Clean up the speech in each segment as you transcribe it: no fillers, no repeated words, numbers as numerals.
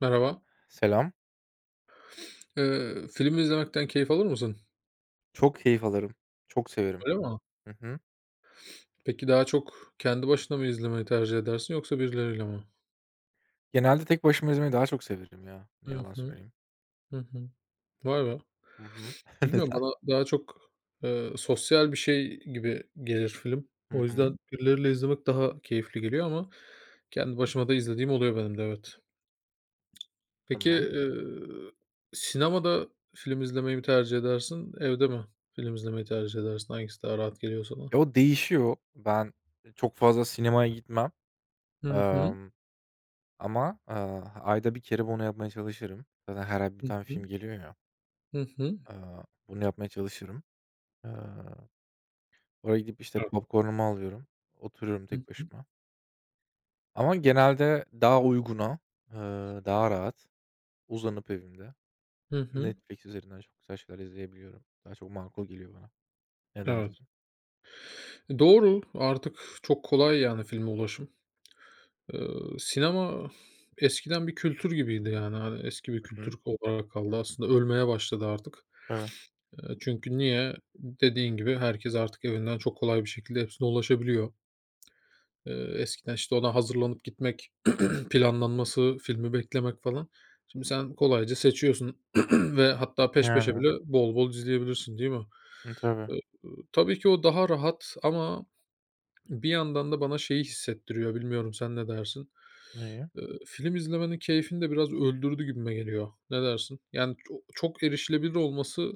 Merhaba. Selam. Film izlemekten keyif alır mısın? Çok keyif alırım. Çok severim. Öyle mi? Hı hı. Peki daha çok kendi başına mı izlemeyi tercih edersin yoksa birileriyle mi? Genelde tek başıma gezmeyi daha çok severim ya. Ne Hı yalan hı. söyleyeyim. Hı hı. Vay be! Hı hı. Bilmiyorum, Neden? bana daha çok sosyal bir şey gibi gelir film. Hı O hı. yüzden birileriyle izlemek daha keyifli geliyor ama kendi başıma da izlediğim oluyor benim de, evet. Peki, Tamam. eee, sinemada film izlemeyi mi tercih edersin, evde mi film izlemeyi tercih edersin? Hangisi daha rahat geliyor sana? Ya, o değişiyor. Ben, çok fazla sinemaya gitmem. Hı hı. Emm, Ama, ayda bir kere bunu yapmaya çalışırım. Zaten her ay bir Hı tane hı. film geliyor ya. Hı hı. Bunu yapmaya çalışırım. Eee, Oraya gidip, işte, Evet. popcorn'umu alıyorum. Oturuyorum tek başıma. Ama genelde daha uyguna, eee, daha rahat uzanıp evimde Hı hı. Netflix üzerinden çok güzel şeyler izleyebiliyorum. Daha çok makul geliyor bana. Ne Evet. dersin? Doğru, artık çok kolay yani filme ulaşım. Eee, sinema eskiden bir kültür gibiydi yani, hani, eski bir Hı hı. kültür olarak kaldı. Aslında ölmeye başladı artık. Tabii. Çünkü niye? Dediğin gibi herkes artık evinden çok kolay bir şekilde hepsine ulaşabiliyor. Eee, eskiden, işte, ona hazırlanıp gitmek, planlanması, filmi beklemek falan. Şimdi sen kolayca seçiyorsun ve hatta peş peşe Yani. bile bol bol izleyebilirsin, değil mi? Hı, tabii. Eee, tabii ki o daha rahat ama bir yandan da bana şeyi hissettiriyor, bilmiyorum sen ne dersin? İyi. Film izlemenin keyfini de biraz öldürdü gibime geliyor. Ne dersin? Yani çok erişilebilir olması,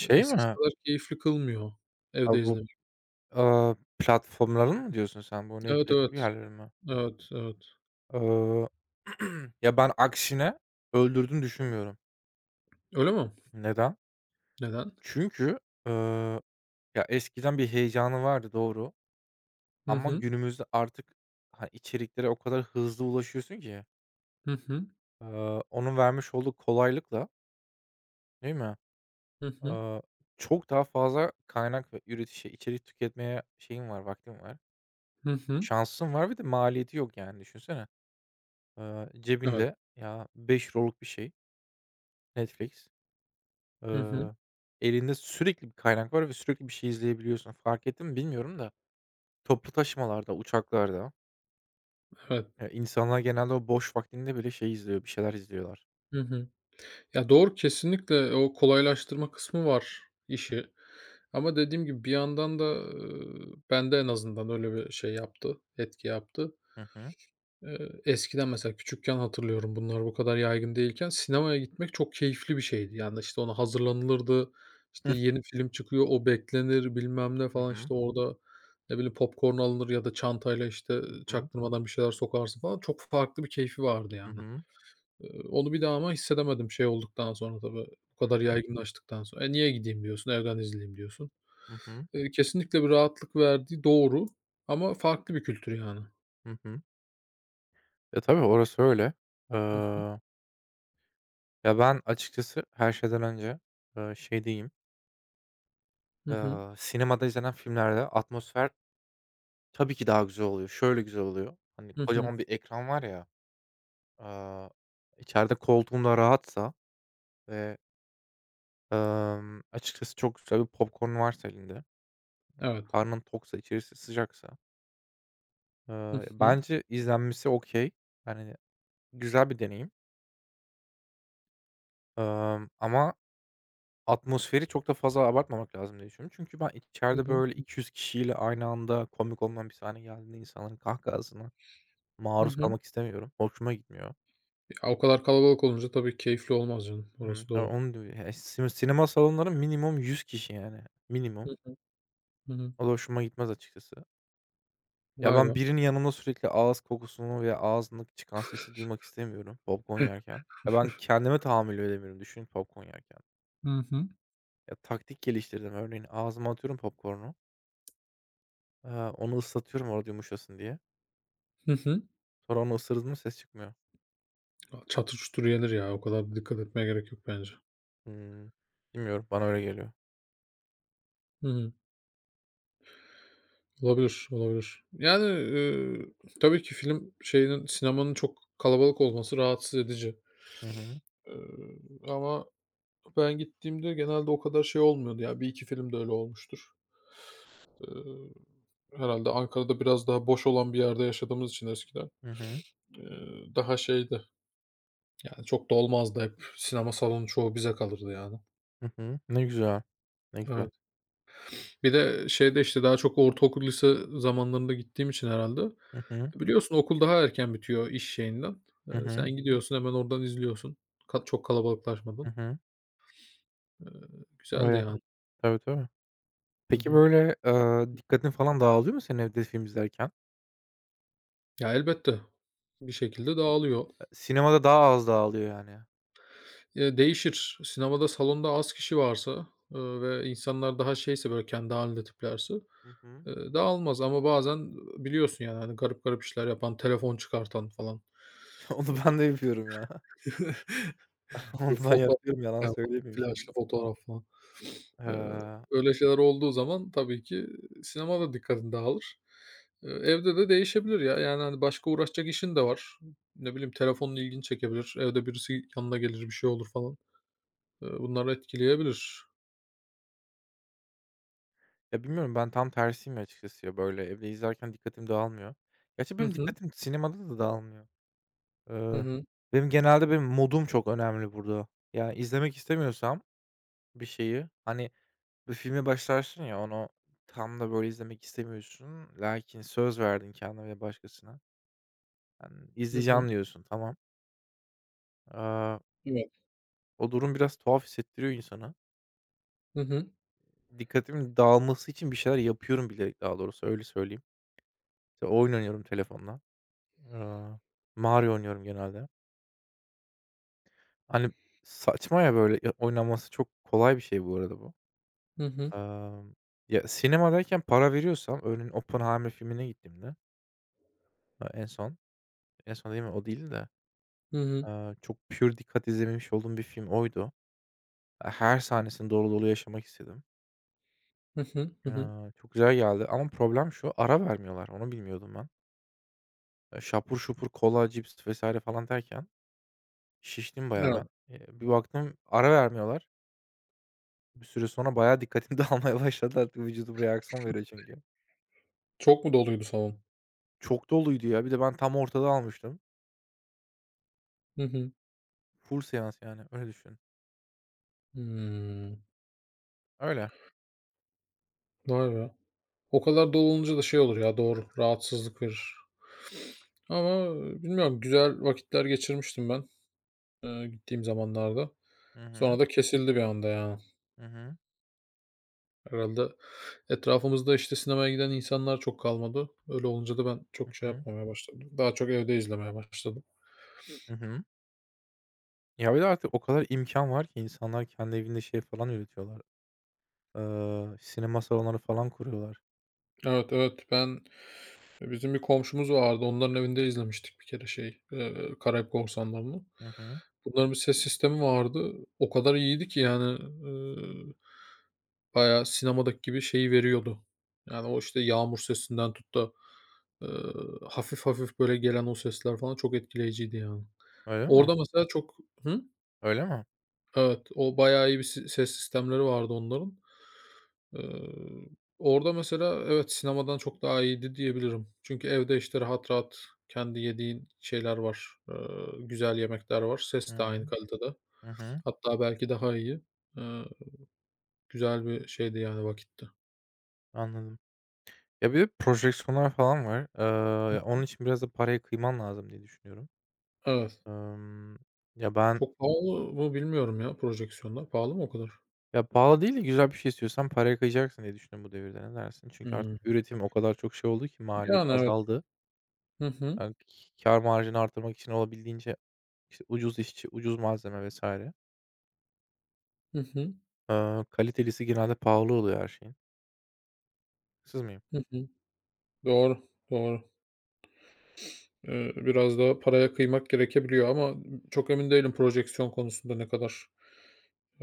eee, eskisi mi? kadar keyifli kılmıyor A, evde bu, izlemek. Platformların mı diyorsun sen? Bu Evet, Netflix gibi evet. yerleri mi? Evet, evet. Iıı, ya, ben aksine öldürdüğünü düşünmüyorum. Öyle mi? Neden? Neden? Çünkü, ııı, ya, eskiden bir heyecanı vardı, doğru, Hı ama hı. günümüzde artık, hani, içeriklere o kadar hızlı ulaşıyorsun ki, Hı hı. Onun vermiş olduğu kolaylıkla, değil mi? Hı hı. Aaa, Çok daha fazla kaynak ve içerik tüketmeye şeyim var, vaktim var. Hı hı. Şansım var, bir de maliyeti yok yani düşünsene. Evet. Cebinde ya €5'luk bir şey Netflix. Hı hı. Eee, Elinde sürekli bir kaynak var ve sürekli bir şey izleyebiliyorsun. Fark ettin mi bilmiyorum da toplu taşımalarda, uçaklarda, Evet. İnsanlar genelde o boş vaktinde bile şey izliyor, bir şeyler izliyorlar. Hı hı. Ya, doğru, kesinlikle o kolaylaştırma kısmı var işi ama dediğim gibi bir yandan da, bende en azından öyle bir şey yaptı, etki yaptı. Hı hı. Eskiden mesela küçükken hatırlıyorum bunlar bu kadar yaygın değilken sinemaya gitmek çok keyifli bir şeydi. Yani, işte, ona hazırlanılırdı, işte, Hı yeni film çıkıyor, o beklenir bilmem ne falan, hı. işte, orada ne bileyim popcorn alınır ya da çantayla, işte, Hı hı. çaktırmadan bir şeyler sokarsın falan. Çok farklı bir keyfi vardı Hı yani. hı. Onu bir daha ama hissedemedim şey olduktan sonra tabii, bu Hı kadar hı. yaygınlaştıktan sonra. "E, niye gideyim?" diyorsun, "Evden izleyeyim." diyorsun. Hı hı. Kesinlikle bir rahatlık verdiği doğru ama farklı bir kültür yani. Hı hı. E, tabii orası öyle. Hı hı. Eee Ya, ben açıkçası her şeyden önce, şey diyeyim, Hı hı. Sinemada izlenen filmlerde atmosfer tabii ki daha güzel oluyor. Şöyle güzel oluyor, hani, Hı hı. kocaman bir ekran var ya, aaa, içeride koltuğum da rahatsa ve, açıkçası çok güzel bir popcorn'un varsa elinde, Evet. karnın toksa, içerisi sıcaksa, Hı hı. bence izlenmesi okay. Yani, güzel bir deneyim, ama atmosferi çok da fazla abartmamak lazım diye düşünüyorum. Çünkü ben Hı içeride, hı. böyle, 200 kişiyle aynı anda komik olmayan bir sahne geldiğinde insanların kahkahasına Hı maruz hı. kalmak istemiyorum. Hoşuma gitmiyor. Ya, o kadar kalabalık olunca tabii keyifli olmaz canım. Hımm, Orası tabii doğru. onu diyor ya. Sinema salonları minimum 100 kişi, yani, minimum. Hı hı. Hı hı. O da hoşuma gitmez açıkçası. Ya, Vay ben be. birinin yanımda sürekli ağız kokusunu veya ağzındaki çıkan sesi duymak istemiyorum popcorn yerken. Ya, ben kendime tahammül edemiyorum düşün popcorn yerken. Hı hı. Ya, taktik geliştirdim. Örneğin ağzıma atıyorum popcorn'u, onu ıslatıyorum orada yumuşasın diye. Hı hı. Sonra onu ısırdın mı ses çıkmıyor. A, çatır çutur yenir ya. O kadar da dikkat etmeye gerek yok bence. Hımm. Bilmiyorum, bana öyle geliyor. Hı hı. Olabilir, olabilir. Yani, tabii ki film şeyinin, sinemanın çok kalabalık olması rahatsız edici. Hı hı. Eee, ama ben gittiğimde genelde o kadar şey olmuyordu ya. Bir iki film de öyle olmuştur. Eee, herhâlde Ankara'da biraz daha boş olan bir yerde yaşadığımız için eskiden, Hı hı. eee, daha şeydi, yani, çok da olmazdı hep. Sinema salonu çoğu bize kalırdı yani. Hı hı. Ne güzel. Ne güzel. Eee Bir de şeyde, işte, daha çok ortaokul, lise zamanlarında gittiğim için herhâlde, Hı hı. biliyorsun okul daha erken bitiyor iş şeyinden. Hı Eee, hı. sen gidiyorsun, hemen oradan izliyorsun. Çok Hı kalabalıklaşmadan. hı. Eee, güzeldi Öyle. yani. Tabii, tabii. Hı Peki, hı. böyle, dikkatin falan dağılıyor mu senin evde film izlerken? Ya, elbette bir şekilde dağılıyor. Sinemada daha az dağılıyor yani. Değişir. Sinemada salonda az kişi varsa, ve insanlar daha şeyse, böyle, kendi hâlinde tiplerse, Hı hı. Dağılmaz ama bazen, biliyorsun yani, hani, garip garip işler yapan, telefon çıkartan falan. Onu ben de yapıyorum ya. Böyle Onu ben fotoğraf yapıyorum, yalan çeken falan, söylemeyeyim şimdi. flaşlı fotoğraf falan. Eee, Eee, öyle şeyler olduğu zaman tabii ki sinema da dikkatin dağılır. Evde de değişebilir ya. Yani, hani, başka uğraşacak işin de var. Ne bileyim, telefonun ilgini çekebilir. Evde birisi yanına gelir, bir şey olur falan. Bunlar etkileyebilir. ya, bilmiyorum, ben tam tersiyim açıkçası ya, böyle, evde izlerken dikkatim dağılmıyor. Gerçi Hı benim hı. dikkatim sinemada da dağılmıyor. Hı Eee, hı. benim genelde modum çok önemli burada. Yani, izlemek istemiyorsam bir şeyi, hani, bir filme başlarsın ya, onu tam da böyle izlemek istemiyorsun. Lakin söz verdin kendine ve başkasına. Hani, Hı hı. "İzleyeceğim." diyorsun, tamam. Aaa, Evet. O durum biraz tuhaf hissettiriyor insana. Hı hı. Dikkatimin dağılması için bir şeyler yapıyorum bilerek, daha doğrusu, öyle söyleyeyim. İşte, oyun oynuyorum telefonla. Aaa, Mario oynuyorum genelde. Hani, saçma ya böyle, ya oynanması çok kolay bir şey bu arada bu. Hı hı. Emm, Ya, sinemadayken para veriyorsam örneğin Oppenheimer filmine gittiğimde, eee, en son, en son dediğim o değildi de, Hı hı. Çok pür dikkat izlememiş olduğum bir film oydu. E, her sahnesini dolu dolu yaşamak istedim. Hı hı. Hı hı. Eee, Çok güzel geldi ama problem şu, ara vermiyorlar. Onu bilmiyordum ben. Şapur şupur kola, cips vs. falan derken şiştim bayağı ben. Evet. Bir baktım ara vermiyorlar. Bir süre sonra bayağı dikkatim dağılmaya başladı, artık vücudum reaksiyon veriyor çünkü. Çok mu doluydu salon? Çok doluydu ya. Bir de ben tam ortada almıştım. Hı hı. Full seans yani, öyle düşün. Hımm. Öyle. Vay be. O kadar dolu olunca da şey olur ya, doğru, rahatsızlık verir. Ama bilmiyorum, güzel vakitler geçirmiştim ben. Gittiğim zamanlarda. Hı hı. Sonra da kesildi bir anda yani. Hı hı. Herhalde etrafımızda, işte, sinemaya giden insanlar çok kalmadı. Öyle olunca da ben Hı çok şey hı. yapmamaya başladım. Daha çok evde izlemeye başladım. Hı hı. Ya, bir de artık o kadar imkan var ki insanlar kendi evinde şey falan üretiyorlar. Sinema salonları falan kuruyorlar. Evet, evet. Ben bizim bir komşumuz vardı. Onların evinde izlemiştik bir kere şey, Karayip Korsanları'nı. Hı hı. Bunların bir ses sistemi vardı. O kadar iyiydi ki yani, bayağı sinemadaki gibi şeyi veriyordu. Yani, o, işte, yağmur sesinden tut da, hafif hafif, böyle, gelen o sesler falan çok etkileyiciydi, yani. Öyle mi? Orada mesela çok hı? Öyle mi? Evet, o bayağı iyi bir ses sistemleri vardı onların. Iıı, orada mesela evet, sinemadan çok daha iyiydi diyebilirim. Çünkü evde, işte, rahat rahat kendi yediğin şeyler var, güzel yemekler var. Hı Ses de hı. aynı kalitede. Hı hı. Hatta belki daha iyi. Iıı, güzel bir şeydi, yani, vakitti. Anladım. Ya, bir de projeksiyonlar falan var. Ya, onun için biraz da paraya kıyman lazım diye düşünüyorum. Evet. Emm, ya, ben Çok pahalı mı bilmiyorum ya projeksiyonlar. Pahalı mı o kadar? ya, pahalı değil de güzel bir şey istiyorsan paraya kıyacaksın diye düşünüyorum bu devirde. Ne dersin? Çünkü Hımm. artık üretim o kadar çok şey oldu ki maliyet Yani evet. azaldı. Hı hı. Yani, kâr marjını artırmak için olabildiğince, İşte, ucuz işçi, ucuz malzeme vesaire. Hı hı. Kalitelisi genelde pahalı oluyor her şeyin. Haksız mıyım? Hı hı. Doğru, doğru. Biraz daha paraya kıymak gerekebiliyor ama çok emin değilim projeksiyon konusunda ne kadar,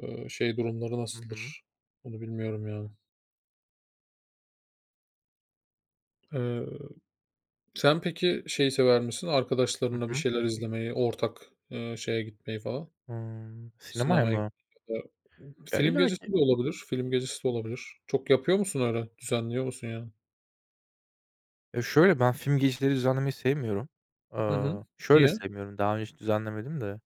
eee, şey durumları Hı hı. nasıldır? Onu bilmiyorum yani. Eee, sen peki şeyi sever misin? Hı Arkadaşlarınla bir hı. şeyler izlemeyi, ortak, şeye gitmeyi falan, Hımm. Sinemaya sinemaya mı? gitmeyi ya da Ya, film gecesi illaki. de olabilir, film gecesi de olabilir. Çok yapıyor musun öyle? Düzenliyor musun yani? Ya, şöyle, ben film geceleri düzenlemeyi sevmiyorum. Hı hı. Şöyle Niye? sevmiyorum, daha önce hiç düzenlemedim de.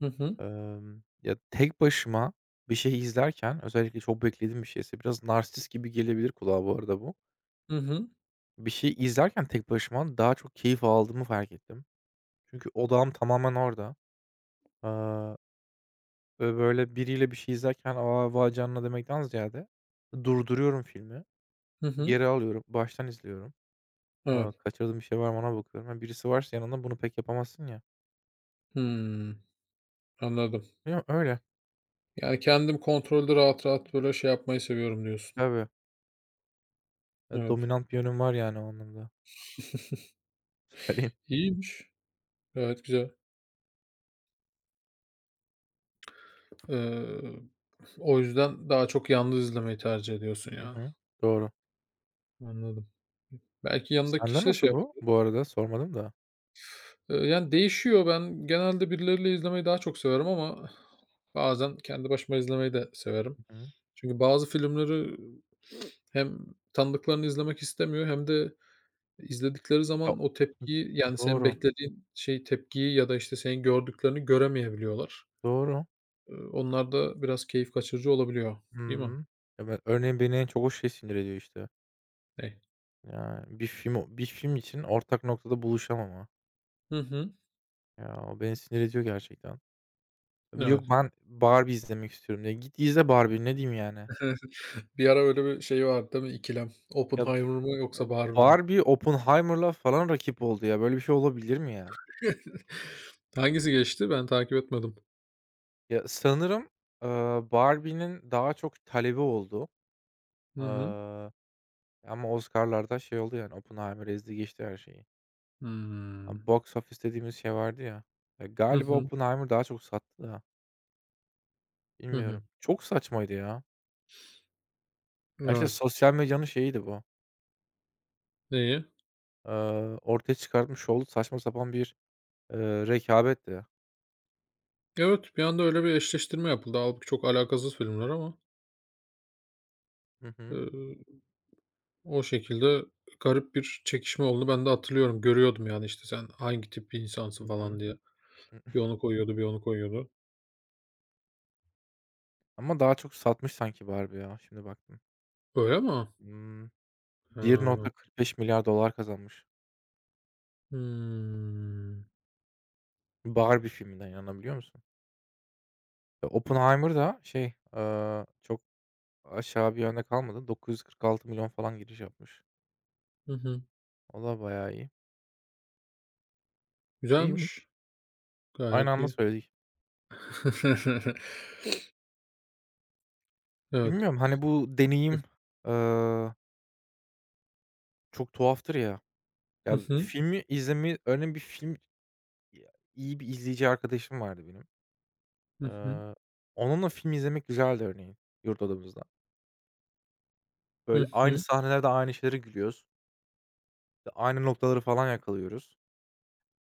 Hı hı. Ya, tek başıma bir şey izlerken özellikle çok beklediğim bir şeyse biraz narsist gibi gelebilir kulağa bu arada bu. Hı hı. Bir şey izlerken tek başıma daha çok keyif aldığımı fark ettim. Çünkü odağım tamamen orada. Eee Ve böyle biriyle bir şey izlerken, "A, vay canına!" demekten ziyade durduruyorum filmi, Hı hı. geri alıyorum, baştan izliyorum. Evet. Kaçırdığım bir şey var mı ona bakıyorum. Ha, birisi varsa yanında bunu pek yapamazsın ya. Hımm. Anladım. Bilmiyorum, öyle. Yani, kendim kontrolde rahat rahat, böyle, şey yapmayı seviyorum diyorsun. Tabii. Evet. Dominant bir yönüm var yani o anlamda. Söyleyeyim. İyiymiş. Gayet güzel. Eee, o yüzden daha çok yalnız izlemeyi tercih ediyorsun Hı yani. hı. Doğru. Anladım. Belki yanındaki Sende kişi de şey nasıl yapar. bu? Bu arada sormadım da. Yani, değişiyor. Ben genelde birileriyle izlemeyi daha çok severim ama bazen kendi başıma izlemeyi de severim. Hı hı. Çünkü bazı filmleri hem tanıdıklarını izlemek istemiyor hem de İzledikleri Ya. zaman o Hı. tepkiyi, yani, senin Doğru, beklediğin şey tepkiyi ya da, işte, senin gördüklerini göremeyebiliyorlar. doğru. Onlar da biraz keyif kaçırıcı olabiliyor, değil mi? Hımm. Ya, ben örneğin beni en çok o şey sinir ediyor işte. Ney? Ya, bir film için ortak noktada buluşamama. Hı hı. Ya, o beni sinir ediyor gerçekten. Evet. Yok, ben Barbie izlemek istiyorum ya. Git izle Barbie. Ne diyeyim yani? Bir ara öyle bir şey vardı değil mi, ikilem? Ya, Oppenheimer mı yoksa Barbie mi? Barbie Oppenheimer'la falan rakip oldu ya. Böyle bir şey olabilir mi ya? Hangisi geçti? Ben takip etmedim. Ya, sanırım, Barbie'nin daha çok talebi oldu. Hı hı. Iıı, Ama Oscar'larda şey oldu yani, Oppenheimer ezdi geçti her şeyi. A Hımm. box office dediğimiz şey vardı ya. Ya, Hı galiba hı. Oppenheimer daha çok sattı da Hı bilmiyorum. hı. Çok saçmaydı ya. Ya, işte, Evet. sosyal medyanın şeyiydi bu. Neyi? Ortaya çıkartmış olduğu saçma sapan bir rekabetti. Evet, bir anda öyle bir eşleştirme yapıldı. Hâlbuki çok alakasız filmler ama. Hı hı. Iıı O şekilde garip bir çekişme oldu. Ben de hatırlıyorum. Görüyordum yani, işte, "Sen hangi tip bir insansın?" Hı hı. falan diye. Hı. Bir onu koyuyordu, bir onu koyuyordu. Ama daha çok satmış sanki Barbie ya, şimdi baktım. Öyle mi? Hmm, Bir Hıı. $1.45 milyar dolar kazanmış. Hımm. Barbie filminden, inanabiliyor musun? Oppenheimer da şey, çok aşağı bir yönde kalmadı. $946 milyon falan giriş yapmış. Hı hı. O da bayağı iyi. İyiymiş. Güzelmiş. Aynı Gayet anda iyi. söyledik. Evet. Bilmiyorum, hani, bu deneyim, eee, çok tuhaftır ya. Hı Ya, hı. filmi izlemi örneğin bir film iyi bir izleyici arkadaşım vardı benim. Hı hı. Eee, Onunla film izlemek güzeldi örneğin yurt odamızda. Hı Böyle aynı hı. sahnelerde aynı şeylere gülüyoruz. İşte aynı noktaları falan yakalıyoruz.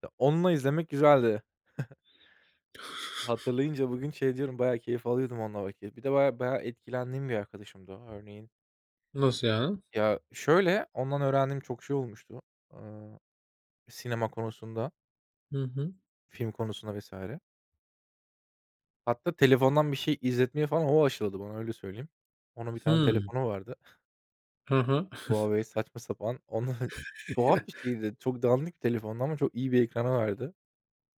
Ya onunla izlemek güzeldi. Hatırlayınca bugün şey diyorum, bayağı keyif alıyordum onunla vakit. Bir de bayağı bayağı etkilendiğim bir arkadaşımdı o örneğin. Nasıl yani? Ya, şöyle, ondan öğrendiğim çok şey olmuştu, aaa, sinema konusunda, Hı hı. film konusunda vesaire. Hatta telefondan bir şey izletmeyi falan o aşıladı bana, öyle söyleyeyim. Onun bir tane Hımm. telefonu vardı. Hı hı. Huawei saçma sapan. Onunla tuhaf bir şeydi. Çok dandik bir telefondu ama çok iyi bir ekranı vardı.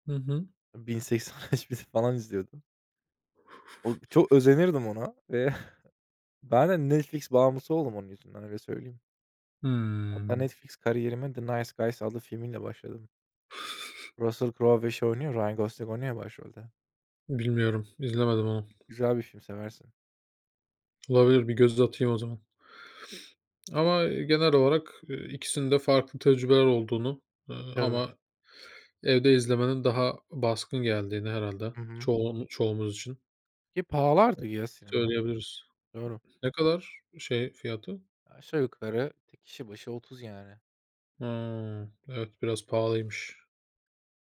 Hı hı. 1080 falan izliyordum. O çok özenirdim ona ve ben de Netflix bağımlısı oldum onun yüzünden, öyle söyleyeyim. Hatta Hımm. Netflix kariyerime The Nice Guys adlı filmiyle başladım. Russell Crowe ve şey oynuyor, Ryan Gosling oynuyor başrolde. Bilmiyorum, izlemedim onu. Güzel bir film, seversin. Olabilir, bir göz atayım o zaman. Ama genel olarak, ikisinin de farklı tecrübeler olduğunu, eee, Tabii. ama evde izlemenin daha baskın geldiğini herhalde Hı hı. çoğumuz için Ki pahalı artık ya sinema. söyleyebiliriz. Doğru. Ne kadar şey fiyatı? Aşağı yukarı tek kişi başı 30 yani. Hıı. Evet, biraz pahalıymış.